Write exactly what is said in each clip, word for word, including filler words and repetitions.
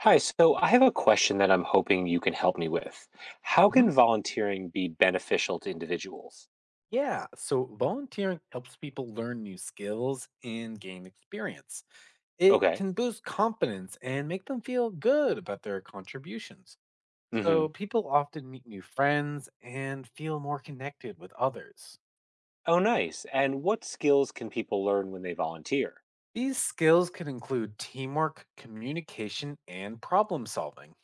Hi, so I have a question that I'm hoping you can help me with. How Mhm. can volunteering be beneficial to individuals? Yeah, so volunteering helps people learn new skills and gain experience. It Okay. can boost confidence and make them feel good about their contributions. Hmm. So people often meet new friends and feel more connected with others. Oh, nice. And what skills can people learn when they volunteer? These skills can include teamwork, communication, and problem solving.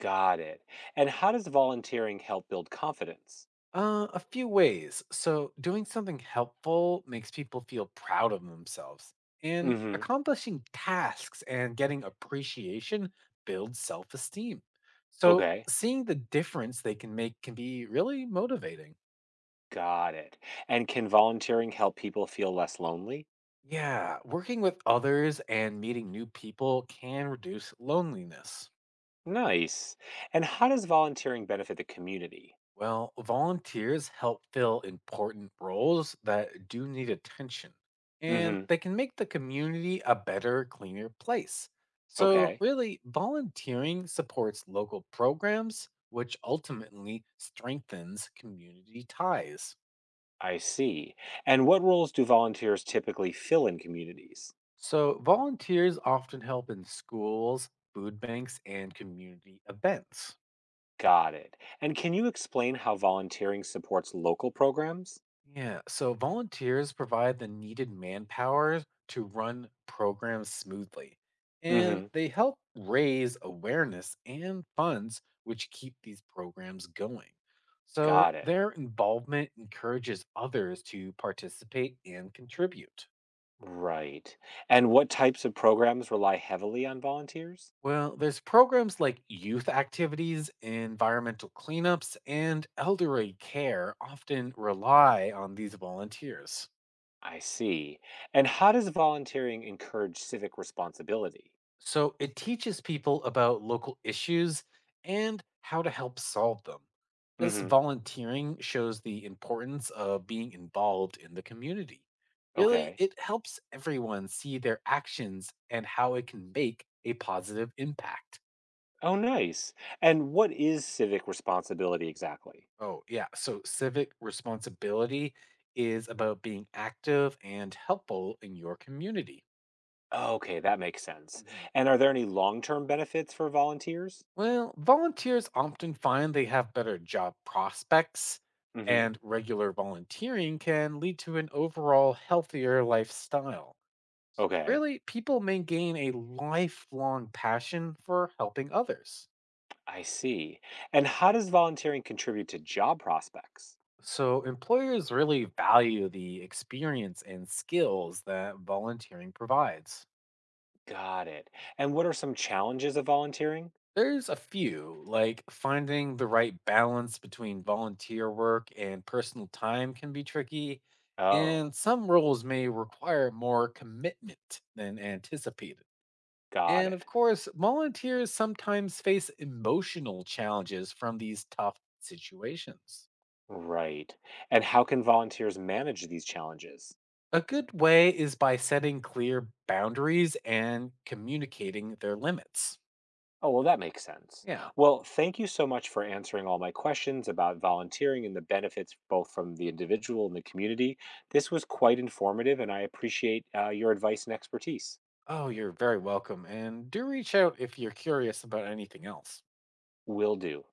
Got it. And how does volunteering help build confidence? Uh, a few ways. So, doing something helpful makes people feel proud of themselves, and Hmm. accomplishing tasks and getting appreciation builds self esteem. So, Okay. seeing the difference they can make can be really motivating. Got it. And can volunteering help people feel less lonely? Yeah, working with others and meeting new people can reduce loneliness. Nice. And how does volunteering benefit the community? Well, volunteers help fill important roles that do need attention, and Hmm. they can make the community a better, cleaner place. So, Okay. really, volunteering supports local programs, which ultimately strengthens community ties. I see. And what roles do volunteers typically fill in communities? So, volunteers often help in schools, food banks, and community events. Got it. And can you explain how volunteering supports local programs? Yeah, so volunteers provide the needed manpower to run programs smoothly, and Hmm. they help raise awareness and funds which keep these programs going. So Got it. their involvement encourages others to participate and contribute. Right. And what types of programs rely heavily on volunteers? Well, there's programs like youth activities, environmental cleanups, and elderly care often rely on these volunteers. I see. And how does volunteering encourage civic responsibility? So it teaches people about local issues and how to help solve them. This Hmm. volunteering shows the importance of being involved in the community. Really, Okay. it helps everyone see their actions and how it can make a positive impact. Oh, nice. And what is civic responsibility exactly? Oh, yeah. So civic responsibility is about being active and helpful in your community. Okay, that makes sense. Mhm. And are there any long-term benefits for volunteers? Well, volunteers often find they have better job prospects, Hmm. and regular volunteering can lead to an overall healthier lifestyle. Okay, Really, people may gain a lifelong passion for helping others. I see. And how does volunteering contribute to job prospects? So, employers really value the experience and skills that volunteering provides. Got it. And what are some challenges of volunteering? There's a few, like finding the right balance between volunteer work and personal time can be tricky, Oh, and some roles may require more commitment than anticipated. got And it. of course, volunteers sometimes face emotional challenges from these tough situations. Right. And how can volunteers manage these challenges? A good way is by setting clear boundaries and communicating their limits. Oh, well, that makes sense. Yeah. Well, thank you so much for answering all my questions about volunteering and the benefits both from the individual and the community. This was quite informative, and I appreciate uh, your advice and expertise. Oh, you're very welcome. And do reach out if you're curious about anything else. Will do.